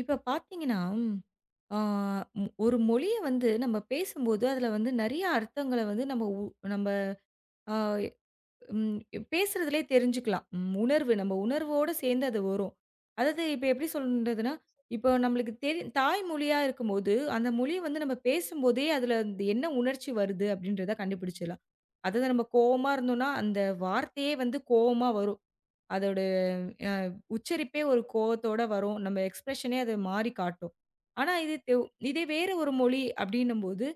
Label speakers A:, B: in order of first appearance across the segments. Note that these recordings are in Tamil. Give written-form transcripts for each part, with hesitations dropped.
A: இப்ப பார்த்தீங்கன்னா, ஆ ம் ஒரு மொழிய வந்து நம்ம பேசும்போது, அதுல வந்து நெறைய அர்த்தங்கள வந்து நம்ம உ நம்ம ஆ ம் பேசுறதுலயே தெரிஞ்சுக்கலாம். உணர்வு நம்ம உணர்வோட சேர்ந்து அது வரும். அதாவது இப்ப எப்படி சொல்றதுன்னா, இப்போ நம்மளுக்கு தாய்மொழியா இருக்கும்போது, அந்த மொழிய வந்து நம்ம பேசும்போதே அதுல என்ன உணர்ச்சி வருது அப்படின்றத கண்டுபிடிச்சிடலாம். அதாவது நம்ம கோவமா இருந்தோம்னா, அந்த வார்த்தையே வந்து கோவமா வரும். அதோட அ உச்சரிப்பே ஒரு கோவத்தோட வரும். நம்ம எக்ஸ்பிரஷனே அது மாறி காட்டும். ஆனா, இது தெவ் இதே வேற ஒரு மொழி அப்டின்னும்போது,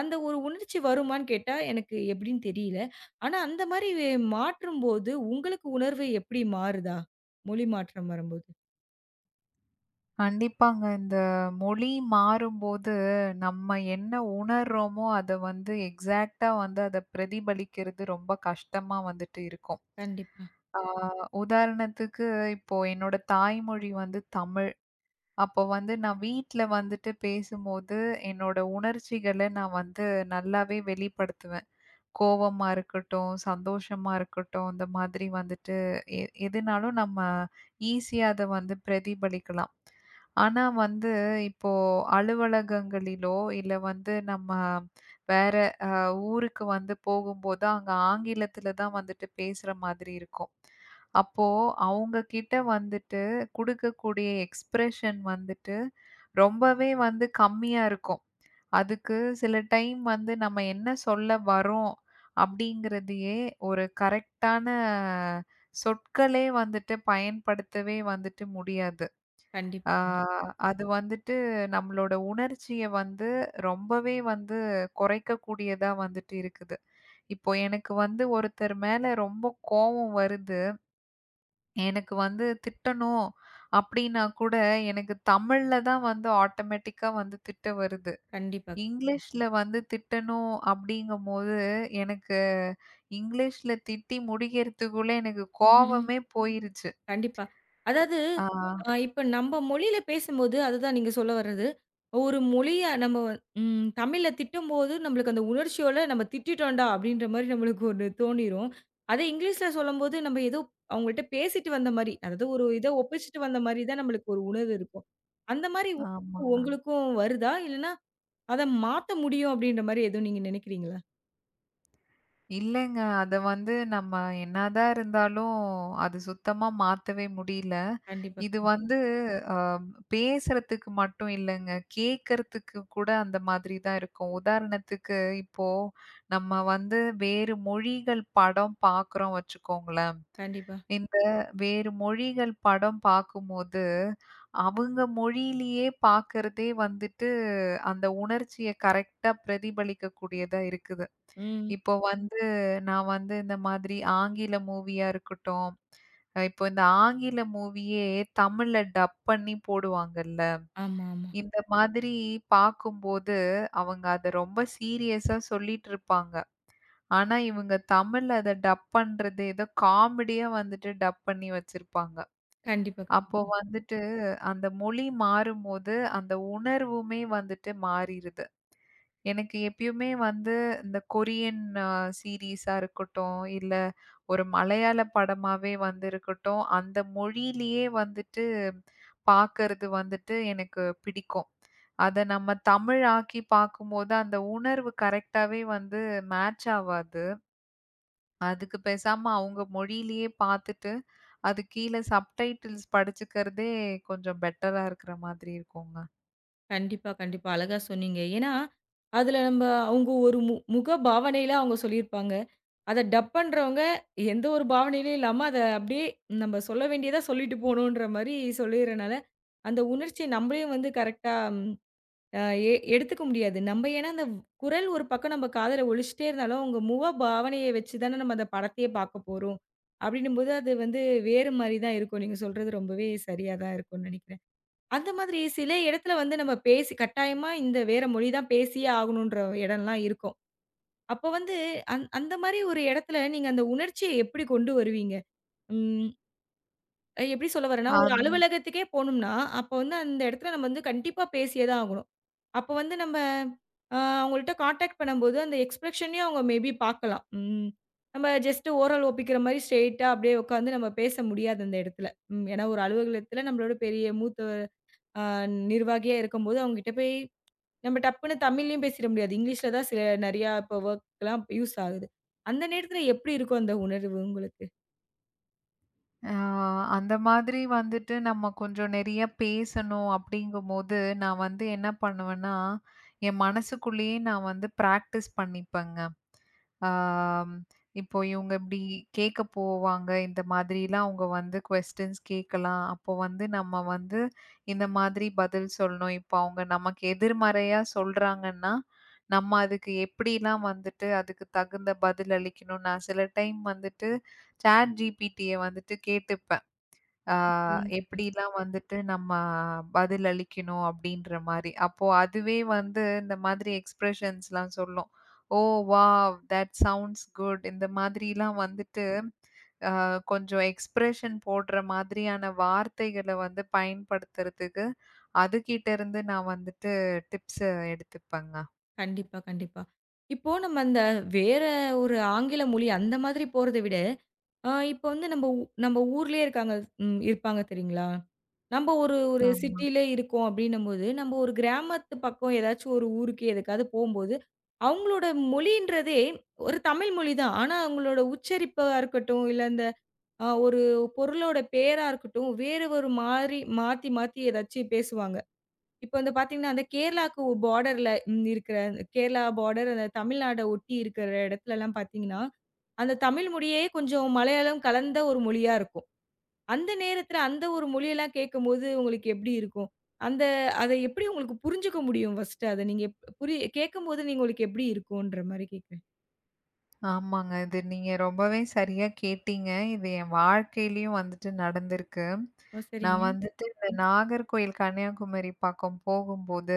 A: அந்த ஒரு உணர்ச்சி வருமான்னு கேட்டா, எனக்கு எப்டின்னு தெரியல. ஆனா, அந்த மாரி மாற்றும்போது உங்களுக்கு உணர்வு எப்டி மாறுதா? மொழி மாற்றம் வரும்போது?
B: கண்டிப்பாங்க. இந்த மொழி மாறும்போது, நம்ம என்ன உணர்றோமோ, அத வந்து எக்ஸாக்ட்டா வந்து அத பிரதிபலிக்கிறது ரொம்ப கஷ்டமா வந்துட்டு இருக்கும்.
A: கண்டிப்பா,
B: ஆ உதாரணத்துக்கு இப்போ என்னோட தாய்மொழி வந்து தமிழ். அப்போ வந்து நான் வீட்ல வந்துட்டு பேசும்போது, என்னோட உணர்ச்சிகள நான் வந்து நல்லாவே வெளிப்படுத்துவேன். கோவமா இருக்கட்டும், சந்தோஷமா இருக்கட்டும், இந்த மாதிரி வந்துட்டு எ எதுனாலும் நம்ம ஈஸியா அத வந்து பிரதிபலிக்கலாம். ஆனா வந்து இப்போ அலுவலகங்களிலோ, இல்ல வந்து நம்ம வேற அ ஊருக்கு வந்து போகும்போது, அங்க ஆங்கிலத்தில தான் வந்துட்டு பேசுற மாதிரி இருக்கும். அப்போ அவங்க கிட்ட வந்துட்டு குடுக்கக்கூடிய எக்ஸ்பிரஷன் வந்துட்டு ரொம்பவே வந்து கம்மியா இருக்கும். அதுக்கு சில டைம் வந்து நம்ம என்ன சொல்ல வரோம் அப்படிங்கிறதையே ஒரு கரெக்டான சொற்களே வந்துட்டு பயன்படுத்தவே வந்துட்டு முடியாது.
A: கண்டிப்பா,
B: ஆ
A: கண்டிப்பா.
B: அது வந்துட்டு நம்மளோட உணர்ச்சிய வந்து ரொம்பவே வந்து குறைக்கக்கூடியதா வந்துட்டு இருக்குது. இப்போ எனக்கு வந்து ஒருத்தர் மேல ரொம்ப கோவம் வருது. எனக்கு வந்து திட்டணும் அப்படின்னா கூட எனக்கு தமிழ்ல தான் வந்து ஆட்டோமேட்டிக்கா வந்து திட்ட வருது.
A: கண்டிப்பா.
B: இங்கிலீஷ்ல வந்து திட்டணும் அப்படிங்கும்போது, எனக்கு இங்கிலீஷ்ல திட்டி முடிக்கிறதுக்குள்ள எனக்கு கோவமே போயிருச்சு.
A: கண்டிப்பா. அதாவது
B: ஆ,
A: இப்ப நம்ப மொழியில பேசும்போது, அதுதான் நீங்க சொல்ல வர்றது. ஒரு மொழிய நம்ம வ- ம் தமிழ்ல திட்டும்போது, நம்மளுக்கு அந்த உணர்ச்சியோட நம்ம திட்டிட்டோம்டா! அப்படின்ற மாரி நம்மளுக்கு ஒண்ணு தோணிரும். அதே இங்கிலீஷ்ல சொல்லும்போது, நம்ம ஏதோ அவங்கள்ட்ட பேசிட்டு வந்த மாரி, அதாவது ஒரு இத ஒப்பிச்சுட்டு வந்த மாரி தான் நம்மளுக்கு ஒரு உணர்வு இருக்கும். அந்த மாரி
B: ஆமாங்க.
A: உங்களுக்கும் வருதா? இல்லன்னா, அத மாத்த முடியும் அப்படின்ற மாரி எதுவும் நீங்க நினைக்கிறீங்களா?
B: இல்லங்க. அத வந்து நம்ம என்னதான் இருந்தாலும், அது சுத்தமா மாத்தவே முடியல.
A: கண்டிப்பா,
B: இது
A: கண்டிப்பா.
B: வந்து அ பேசுறதுக்கு மட்டும் இல்லங்க. கேட்கறதுக்கு கூட அந்த மாதிரி தான் இருக்கும். உதாரணத்துக்கு இப்போ நம்ம வந்து வேறு மொழிகள் படம் பார்க்குறோம் வச்சுக்கோங்களேன்.
A: கண்டிப்பா.
B: இந்த வேறு மொழிகள் படம் பார்க்கும்போது, அவங்க மொழியிலேயே பார்க்கிறதே வந்துட்டு, அந்த உணர்ச்சிய கரெக்ட்டா பிரதிபலிக்கக்கூடியதா இருக்குது.
A: ம்.
B: இப்போ வந்து நான் வந்து இந்த மாதிரி ஆங்கில மூவியா இருக்கட்டும், இப்போ இந்த ஆங்கில மூவியே தமிழ்ல டப் பண்ணி போடுவாங்கல்ல.
A: ஆமா, ஆமா.
B: இந்த மாதிரி பார்க்கும்போது, அவங்க அத ரொம்ப சீரியஸா சொல்லிட்டுருப்பாங்க. ஆனா, இவங்க தமிழ்ல அத டப் பண்றது ஏதோ காமெடியா வந்துட்டு டப் பண்ணி வச்சிருப்பாங்க.
A: கண்டிப்பா,
B: அப்போ
A: கண்டிப்பா.
B: வந்துட்டு அந்த மொழி மாறும்போது, அந்த உணர்வுமே வந்துட்டு மாறிருது. எனக்கு எப்பயுமே வந்து இந்த கொரியன் சீரிஸா இருக்கட்டும், இல்ல ஒரு மலையாள படமாவே வந்து இருக்கட்டும், அந்த மொழியிலேயே வந்துட்டு பார்க்கறது வந்துட்டு எனக்கு பிடிக்கும். அத நம்ம தமிழாக்கி பார்க்கும்போது, அந்த உணர்வு கரெக்ட்டாவே வந்து மேட்ச் ஆவாது. அதுக்கு பேசாம அவங்க மொழியிலேயே பார்த்துட்டு, அது கீழ சப்டைட்டில்ஸ் படிச்சுக்கிறதே கொஞ்சம் பெட்டரா இருக்கிற மாதிரி இருக்குங்க.
A: கண்டிப்பா, கண்டிப்பா. அழகா சொன்னீங்க. ஏன்னா, அதுல நம்ப அவங்க ஒரு முக பாவனையில அவங்க சொல்லியிருப்பாங்க. அத டப்புன்றவங்க எந்த ஒரு பாவனையிலும் இல்லாம, அத அப்படியே நம்ப சொல்ல வேண்டியதா சொல்லிட்டு போணுன்ற மாரி சொல்லிர்றனால, அந்த உணர்ச்சிய நம்பளையும் வந்து கரெக்ட்டா அ எ எடுத்துக்க முடியாது. நம்ப ஏன்னா அந்த குரல் ஒரு பக்கம் நம்ப காதுல ஒலிச்சுட்டே இருந்தாலும், அவங்க முக பாவனைய வச்சு தான நம்ம அந்த படத்தையே பார்க்க போறோம். அப்படின்னும்போது, அது வந்து வேறு மாரி தான் இருக்கும். நீங்க சொல்றது ரொம்பவே சரியா தான் இருக்கும்னு நெனைக்கிறேன். அந்த மாதிரி சில இடத்துல வந்து நம்ம பேசி கட்டாயமா இந்த வேற மொழி தான் பேசியே ஆகணுன்ற இடம்லாம் இருக்கும். அப்ப வந்து அந்த மாரி ஒரு இடத்துல நீங்க அந்த உணர்ச்சிய எப்படி கொண்டு வருவீங்க? ம் எப்படி சொல்ல வரேன்னா, ஒரு
B: அந்த
A: அலுவலகத்துக்கே போணும்னா, அப்ப வந்து அந்த இடத்துல நம்ம வந்து கண்டிப்பா பேசியே தான் ஆகணும். அப்ப வந்து நம்ம அவங்கள்ட்ட கான்டாக்ட் பண்ணும்போது அந்த எக்ஸ்பிரஷனையும் அவங்க மேபி பார்க்கலாம். ம். நம்ம ஜஸ்ட் ஓரல் ஒப்பிக்கிற மாரி ஸ்ட்ரெய்ட்டா அப்படியே உட்காந்து நம்ம பேச முடியாது அந்த இடத்துல. ம். ஏன்னா ஒரு அலுவலகத்துல நம்மளோட பெரிய மூத்த ஆ நிர்வாகியா இருக்கும்போது, அவங்ககிட்ட போய் நம்ம டப்புன்னு தமிழ்லயும் பேசிட முடியாது. இங்கிலீஷ்ல தான் சில நெறையா இப்போ வொர்க்லாம் யூஸ் ஆகுது. அந்த நேரத்துல எப்படி இருக்கும் அந்த உணர்வு உங்களுக்கு?
B: ஆ அந்த மாதிரி வந்துட்டு நம்ம கொஞ்சம் நெறைய பேசணும் அப்படிங்கும்போது, நான் வந்து என்ன பண்ணுவேன்னா, என் மனசுக்குள்ளேயே நான் வந்து பிராக்டிஸ் பண்ணிப்பேங்க. ஆம், இப்போ இவங்க இப்படி கேட்க போவாங்க. இந்த மாதிரிலாம் அவங்க வந்து கொஸ்டின்ஸ் கேட்கலாம். அப்போ வந்து நம்ம வந்து இந்த மாதிரி பதில் சொல்லணும். இப்போ அவங்க நமக்கு எதிர்மறையா சொல்றாங்கன்னா, நம்ம அதுக்கு எப்படிலாம் வந்துட்டு அதுக்கு தகுந்த பதில் அளிக்கணும். நான் சில டைம் வந்துட்டு ChatGPTய வந்துட்டு கேட்டுப்பேன். ஆ
A: சரிங்க, சரிங்க.
B: எப்படிலாம் வந்துட்டு நம்ம பதில் அளிக்கணும் அப்படின்ற மாரி. அப்போ அதுவே வந்து இந்த மாதிரி எக்ஸ்பிரஷன்ஸ்லாம் சொல்லும். "Oh wow! That sounds good." இந்த மாதிரிலாம் வந்துட்டு அ கொஞ்சம் எக்ஸ்பிரஷன் போடுற மாதிரியான வார்த்தைகள வந்து பயன்படுத்துறதுக்கு, அதுகிட்டருந்து நான் வந்துட்டு டிப்ஸ் எடுத்துப்பேங்க.
A: கண்டிப்பா, கண்டிப்பா. இப்போ நம்ம அந்த வேற ஒரு ஆங்கில மொழி அந்த மாதிரி போறத விட இப்ப வந்து நம்ம ஊர்லயே இருக்காங்க, இருப்பாங்க தெரியுங்களா? நம்ப ஒரு ஒரு
B: ஆமா.
A: சிட்டில இருக்கோம் அப்டின்னும்போது, நம்ம ஒரு கிராமத்து பக்கம் ஏதாச்சும் ஒரு ஊருக்கு எதுக்காவது போம்போது, அவங்களோட மொழின்றதே ஒரு தமிழ் மொழி தான். ஆனா அவங்களோட உச்சரிப்பா இருக்கட்டும், இல்ல அந்த ஒரு பொருளோட பேரா இருக்கட்டும், வேற ஒரு மாரி மாத்தி மாத்தி ஏதாச்சும் பேசுவாங்க. இப்ப வந்து பார்த்தீங்கன்னா, அந்த கேரளாக்கு பார்டர்ல இருக்கிற அந்த கேரளா பார்டர் அந்த தமிழ்நாட ஒட்டி இருக்கிற இடத்துலலாம் பார்த்தீங்கன்னா, அந்த தமிழ் மொழியே கொஞ்சம் மலையாளம் கலந்த ஒரு மொழியா இருக்கும். அந்த நேரத்துல அந்த ஒரு மொழியெல்லாம் கேட்கும்போது உங்களுக்கு எப்படி இருக்கும்? அந்த அத எப்படி உங்களுக்கு புரிஞ்சுக்க முடியும் ஃபர்ஸ்ட்டு அத நீங்க எப் புரி கேட்கும்போது நீங்க உங்களுக்கு எப்படி இருக்குன்ற மாரி கேட்கிறேன்?
B: ஆமாங்க. இது நீங்க ரொம்பவே சரியா கேட்டீங்க. இது என் வாழ்க்கையிலயும் வந்துட்டு நடந்திருக்கு.
A: ஓ! சரிங்க.
B: நான் வந்துட்டு இந்த நாகர்கோயில் கன்னியாகுமரி பக்கம் போகும்போது,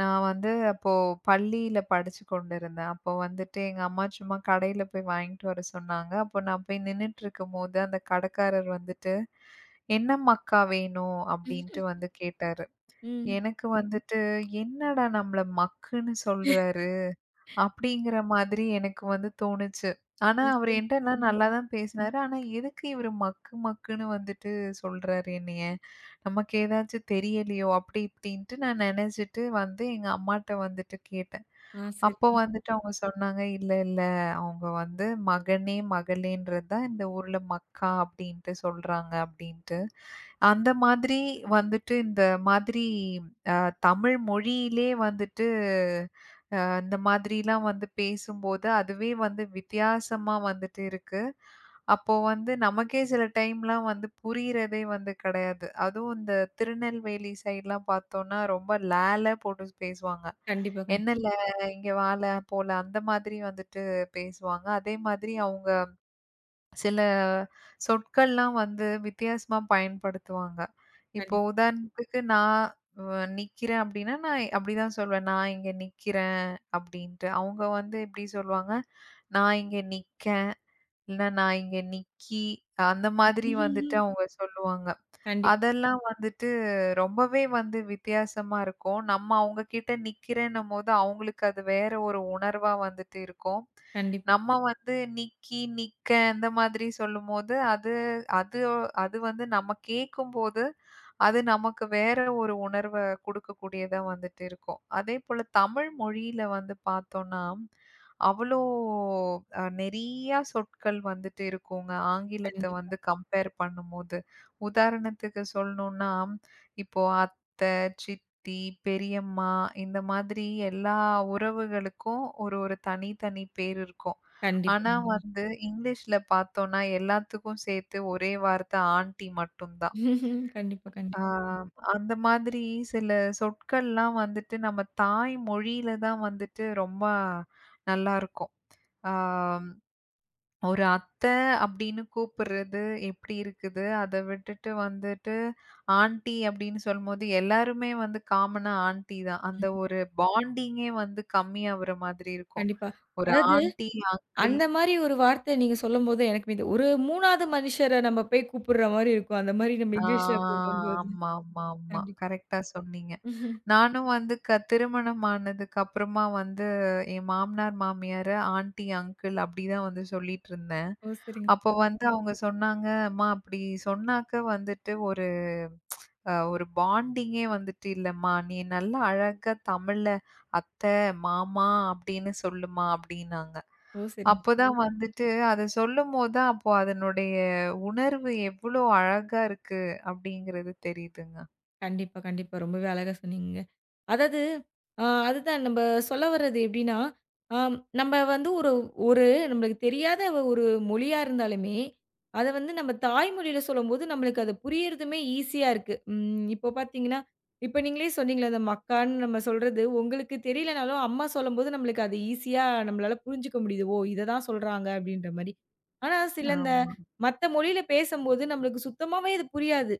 B: நான் வந்து அப்போ பள்ளியில படிச்சு கொண்டிருந்தேன். அப்போ வந்துட்டு எங்க அம்மா சும்மா கடையில போய் வாங்கிட்டு வர சொன்னாங்க. அப்போ நான் போய் நின்னுட்டுருக்கும்போது, அந்த கடைக்காரர் வந்துட்டு, "என்னம்மாக்கா வேணும்?" அப்படின்ட்டு வந்து கேட்டாரு.
A: ம். ம்.
B: எனக்கு வந்துட்டு, "என்னடா நம்மள மக்குன்னு சொல்ற?" அப்படிங்கிற மாதிரி எனக்கு வந்து தோணுச்சு. ஆனா, அவரு
A: சரி.
B: என்ட்ட
A: ம்.
B: நல்லா தான் பேசினாரு. ஆனா, எதுக்கு இவரு மக்கு மக்குன்னு வந்துட்டு சொல்றாரு என்னைய? நமக்கு ஏதாச்சும் தெரியலையோ? அப்படி இப்படின்ட்டு நான் நெனச்சுட்டு வந்து எங்க அம்மாட்ட வந்துட்டு கேட்டேன்.
A: ஆ
B: அப்போ
A: சரிங்க.
B: வந்துட்டு அவங்க சொன்னாங்க, "இல்ல, இல்ல. அவங்க வந்து மகனே, மகளேன்றது தான் இந்த ஊர்ல மக்கா அப்படின்ட்டு சொல்றாங்க" அப்படின்ட்டு. அந்த மாதிரி வந்துட்டு இந்த மாதிரி அ தமிழ் மொழியிலே வந்துட்டு இந்த மாதிரிலாம் வந்து பேசும்போது, அதுவே வந்து வித்தியாசமா வந்துட்டு இருக்கு. அப்போ வந்து நமக்கே சில டைம்லாம் வந்து புரியிறதே வந்து கிடையாது. அதுவும் இந்த திருநெல்வேலி சைட்லாம் பார்த்தோம்னா, ரொம்ப ழல போட்டு பேசுவாங்க.
A: கண்டிப்பா,
B: என்னல இங்க வால, போல அந்த மாதிரி வந்துட்டு பேசுவாங்க. அதே மாதிரி அவங்க சில சொற்கள்லாம் வந்து வித்தியாசமா பயன்படுத்துவாங்க. இப்போ
A: கண்டிப்பா.
B: உதாரணத்துக்கு நான் வ நிக்கிறேன் அப்டின்னா, நான் அப்டிதான் சொல்வேன். நான் இங்க நிக்கிறேன் அப்டின்ட்டு. அவங்க வந்து எப்டி சொல்லுவாங்க? நான் இங்க நிக்கேன், இல்ல நான் இங்க நிக்கி அந்த மாதிரி வந்துட்டு அவங்க சொல்லுவாங்க.
A: கண்டிப்
B: அதெல்லாம் வந்துட்டு ரொம்பவே வந்து வித்தியாசமா இருக்கும். நம்ம அவங்க கிட்ட நிக்கிறேன்னும்போது, அவங்களுக்கு அது வேற ஒரு உணர்வா வந்துட்டு இருக்கும்.
A: கண்டிப்பா, கண்டிப்பா,
B: நம்ம வந்து நிக்கி, நிக்க இந்த மாதிரி சொல்லும்போது, அது அது அது வந்து நம்ம கேட்கும்போது, அது நமக்கு வேற ஒரு உணர்வ குடுக்கக்கூடியதா வந்துட்டு இருக்கும். அதேபோல தமிழ் மொழியில வந்து பார்த்தோம்னா, அவ்வளோ நெறையா சொற்கள் வந்துட்டு இருக்குங்க. ஆங்கிலத்த வந்து கம்பேர் பண்ணும்போது. உதாரணத்துக்கு சொல்லணும்னா, இப்போ அத்த, சித்தி, பெரியம்மா இந்த மாதிரி எல்லா உறவுகளுக்கும் ஒரு ஒரு தனித்தனி பேர் இருக்கும்.
A: கண்டிப்பா,
B: ஆனா
A: கண்டிப்பா.
B: வந்து இங்கிலீஷ்ல பார்த்தோம்னா எல்லாத்துக்கும் சேர்த்து ஒரே வார்த்தை ஆன்டி மட்டும் தான்.
A: கண்டிப்பா, கண்டிப்பா.
B: ஆ, அந்த மாதிரி சில சொற்கள்லாம் வந்துட்டு நம்ம தாய் மொழியில தான் வந்துட்டு ரொம்ப நல்லாருக்கும். ஆ, ஒரு அத்தை அப்படின்னு கூப்பிடுறது எப்படி இருக்குது? அத விட்டுட்டு வந்துட்டு ஆன்ட்டி அப்படின்னு சொல்லும்போது, எல்லாருமே வந்து காமனா ஆன்ட்டி தான். அந்த ஒரு பாண்டிங்கே வந்து கம்மியாகுற மாதிரி இருக்கும்.
A: கண்டிப்பா.
B: ஒரு
A: அதாவது
B: ஆன்ட்டி, அங்கிள்
A: அந்த மாரி ஒரு வார்த்தை நீங்க சொல்லும்போது எனக்கு இது ஒரு 3வது மனுஷர நம்ம போய் கூப்பிடுற மாரி இருக்கும். அந்த மாரி நம்ம
B: ஆ
A: இங்கிலீஷ்ல கூப்பிடும்போது.
B: ஆமா, ஆமா, ஆமா.
A: கண்டிப்பா.
B: கரெக்ட்டா சொன்னீங்க. நானும் வந்து திருமணம் ஆனதுக்கு அப்புறமா வந்து என் மாமனார், மாமியார ஆன்டி, அங்கிள் அப்படிதான் வந்து சொல்லிட்டுருந்தேன்.
A: ஓ! சரிங்க.
B: அப்ப வந்து அவங்க சொன்னாங்க, "அம்மா அப்படி சொன்னாக்க வந்துட்டு ஒரு ஒரு பாண்டிங்கே வந்துட்டு இல்லம்மா. நீ நல்லா அழகா தமிழ்ல அத்த, மாமா அப்படின்னு சொல்லுமா" அப்படின்னாங்க.
A: ஓ! சரிங்க.
B: அப்பதான் வந்துட்டு அத சொல்லும்போது தான் அப்போ அதனுடைய உணர்வு எவ்வளோ அழகா இருக்கு அப்படிங்கிறது தெரியுதுங்க.
A: கண்டிப்பா, கண்டிப்பா. ரொம்பவே அழகா சொன்னீங்க. அதாவது, அதுதான் நம்ப சொல்ல வர்றது எப்படின்னா, ஆம், நம்ம வந்து ஒரு ஒரு நம்மளுக்கு தெரியாத ஒரு மொழியா இருந்தாலுமே, அத வந்து நம்ம தாய்மொழியில சொல்லும்போது, நம்மளுக்கு அது புரியறதுமே ஈஸியா இருக்கு. இப்போ பார்த்தீங்கன்னா, இப்ப நீங்களே சொன்னீங்களே, அந்த மக்கான்னு நம்ம சொல்றது, உங்களுக்கு தெரியலனாலும் அம்மா சொல்லும்போது நம்மளுக்கு அது ஈஸியா நம்மளால புரிஞ்சுக்க முடியுது. ஓ! இத தான் சொல்றாங்க அப்படின்ற மாரி. ஆனா சில இந்த
B: ஆமா,
A: மத்த மொழியில பேசம்போது, நம்மளுக்கு சுத்தமாவே அது புரியாது.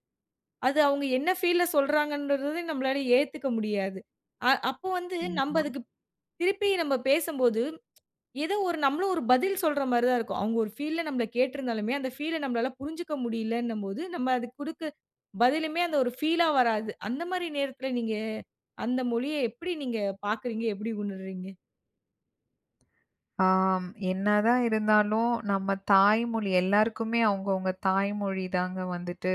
A: அது அவங்க என்ன ஃபீல்ல சொல்றாங்கன்றத நம்மளால ஏத்துக்க முடியாது. அப்போ வந்து நம்ம
B: ஆமா.
A: அதுக்கு திருப்பி நம்ம பேசும்போது, ஏதோ ஒரு நம்மளும் ஒரு பதில் சொல்ற மாரி தான் இருக்கும். அவங்க ஒரு ஃபீல்ல நம்மள கேட்டிருந்தாலுமே, அந்த ஃபீல நம்மளால புரிஞ்சுக்க முடியலன்னும்போது, நம்ம அதுக்கு குடுக்க பதிலுமே அந்த ஒரு ஃபீலா வராது. அந்த மாரி நேரத்துல நீங்க அந்த மொழிய எப்படி நீங்க பாக்குறீங்க? எப்படி உணர்றீங்க?
B: ஆம். என்னதான் இருந்தாலும், நம்ம தாய்மொழி எல்லாருக்குமே அவங்கவங்க தாய்மொழி தாங்க வந்துட்டு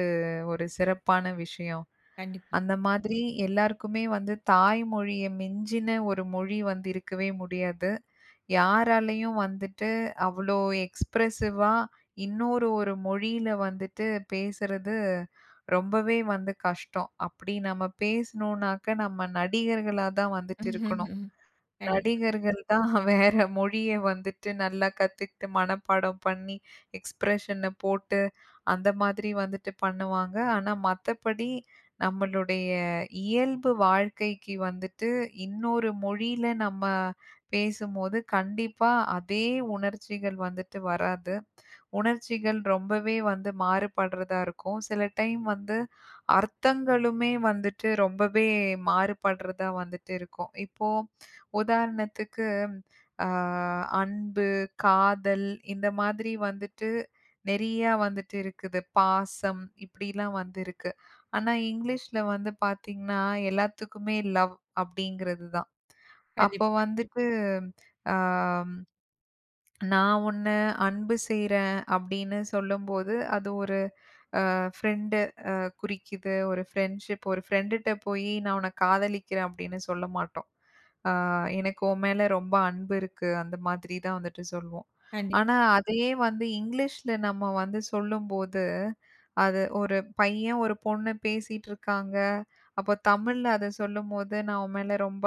B: ஒரு சிறப்பான விஷயம்.
A: கண்டிப்பா.
B: அந்த மாதிரி எல்லாருக்குமே வந்து தாய்மொழிய மிஞ்சின ஒரு மொழி வந்து இருக்கவே முடியாது. யாராலயும் வந்துட்டு அவ்ளோ எக்ஸ்பிரசிவா இன்னொரு மொழியில வந்துட்டு பேசுறது ரொம்பவே வந்து கஷ்டம். அப்படி நம்ம பேசணும்னாக்க நம்ம நடிகர்களா தான் வந்துட்டு இருக்கணும்.
A: ம்ஹ்ம். கண்டிப்பா,
B: நடிகர்கள் தான் வேற மொழிய வந்துட்டு நல்லா கத்துக்கிட்டு மனப்பாடம் பண்ணி, எக்ஸ்பிரஷன போட்டு அந்த மாதிரி வந்துட்டு பண்ணுவாங்க. ஆனா மத்தபடி நம்மளுடைய இயல்பு வாழ்க்கைக்கு வந்துட்டு இன்னொரு மொழியில நம்ம பேசும்போது, கண்டிப்பா அதே உணர்ச்சிகள் வந்துட்டு வராது. உணர்ச்சிகள் ரொம்பவே வந்து மாறுபடுறதா இருக்கும். சில டைம் வந்து அர்த்தங்களுமே வந்துட்டு ரொம்பவே மாறுபடுறதா வந்துட்டு இருக்கும். இப்போ உதாரணத்துக்கு அ அன்பு, காதல் இந்த மாதிரி வந்துட்டு நெறையா வந்துட்டு இருக்குது. பாசம் இப்படிலாம் வந்து இருக்கு. ஆனா, இங்கிலீஷ்ல வந்து பார்த்தீங்கன்னா, எல்லாத்துக்குமே லவ் அப்படிங்கிறது தான். அப்போ
A: கண்டிப்பா.
B: வந்துட்டு அ நான் உன்ன அன்பு செய்றேன் அப்படின்னு சொல்லும்போது, அது ஒரு ஃப்ரெண்ட் அ குறிக்குது. ஒரு ஃப்ரெண்ட்ஷிப் ஒரு ஃப்ரெண்டுட்ட போயி நான் உன்ன காதலிக்கிறேன் அப்படின்னு சொல்ல மாட்டோம். ஆ எனக்கு உன் மேல ரொம்ப அன்பு இருக்கு. அந்த மாதிரி தான் வந்துட்டு சொல்வோம்.
A: கண்டிப்பா,
B: ஆனா, அதையே வந்து இங்கிலீஷ்ல நம்ம வந்து சொல்லும்போது, அது ஒரு பையன், ஒரு பொண்ணு பேசிட்டு இருக்காங்க. அப்போ தமிழ்ல அத சொல்லும்போது, நான் உன் மேல ரொம்ப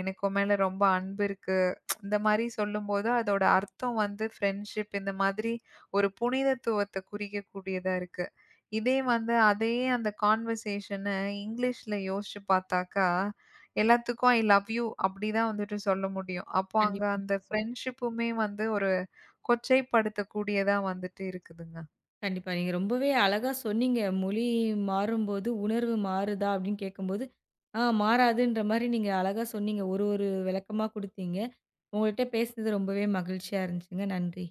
B: எனக்கு உன் மேல ரொம்ப அன்பு இருக்கு. இந்த மாரி சொல்லும்போது, அதோட அர்த்தம் வந்து ஃப்ரெண்ட்ஷிப் இந்த மாதிரி ஒரு புனிதத்துவத்த குறிக்கக்கூடியதா இருக்கு. இதே வந்து அதே அந்த கான்வர்சேஷன இங்கிலீஷ்ல யோசிச்சு பார்த்தாக்கா, எல்லாத்துக்கும் ஐ லவ் யூ அப்படிதான் வந்துட்டு சொல்ல முடியும். அப்போ அங்க
A: கண்டிப்பா.
B: அந்த ஃப்ரெண்ட்ஷிப்புமே வந்து ஒரு கொச்சைப்படுத்தக்கூடியதா வந்துட்டு இருக்குதுங்க.
A: கண்டிப்பா. நீங்க ரொம்பவே அழகா சொன்னீங்க. மொழி மாறும்போது, உணர்வு மாறுதா? அப்படின்னு கேட்கும்போது, மாறாதுன்ற மாரி நீங்க அழகா சொன்னீங்க. ஒரு ஒரு விளக்கமா குடுத்தீங்க. உங்கள்ட்ட பேசினது ரொம்பவே மகிழ்ச்சியா இருந்துச்சுங்க. நன்றி.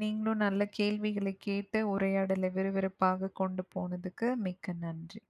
B: நீங்களும் நல்ல கேள்விகளை கேட்டு உரையாடலை விறுவிறுப்பாக கொண்டு போனதுக்கு மிக்க நன்றி.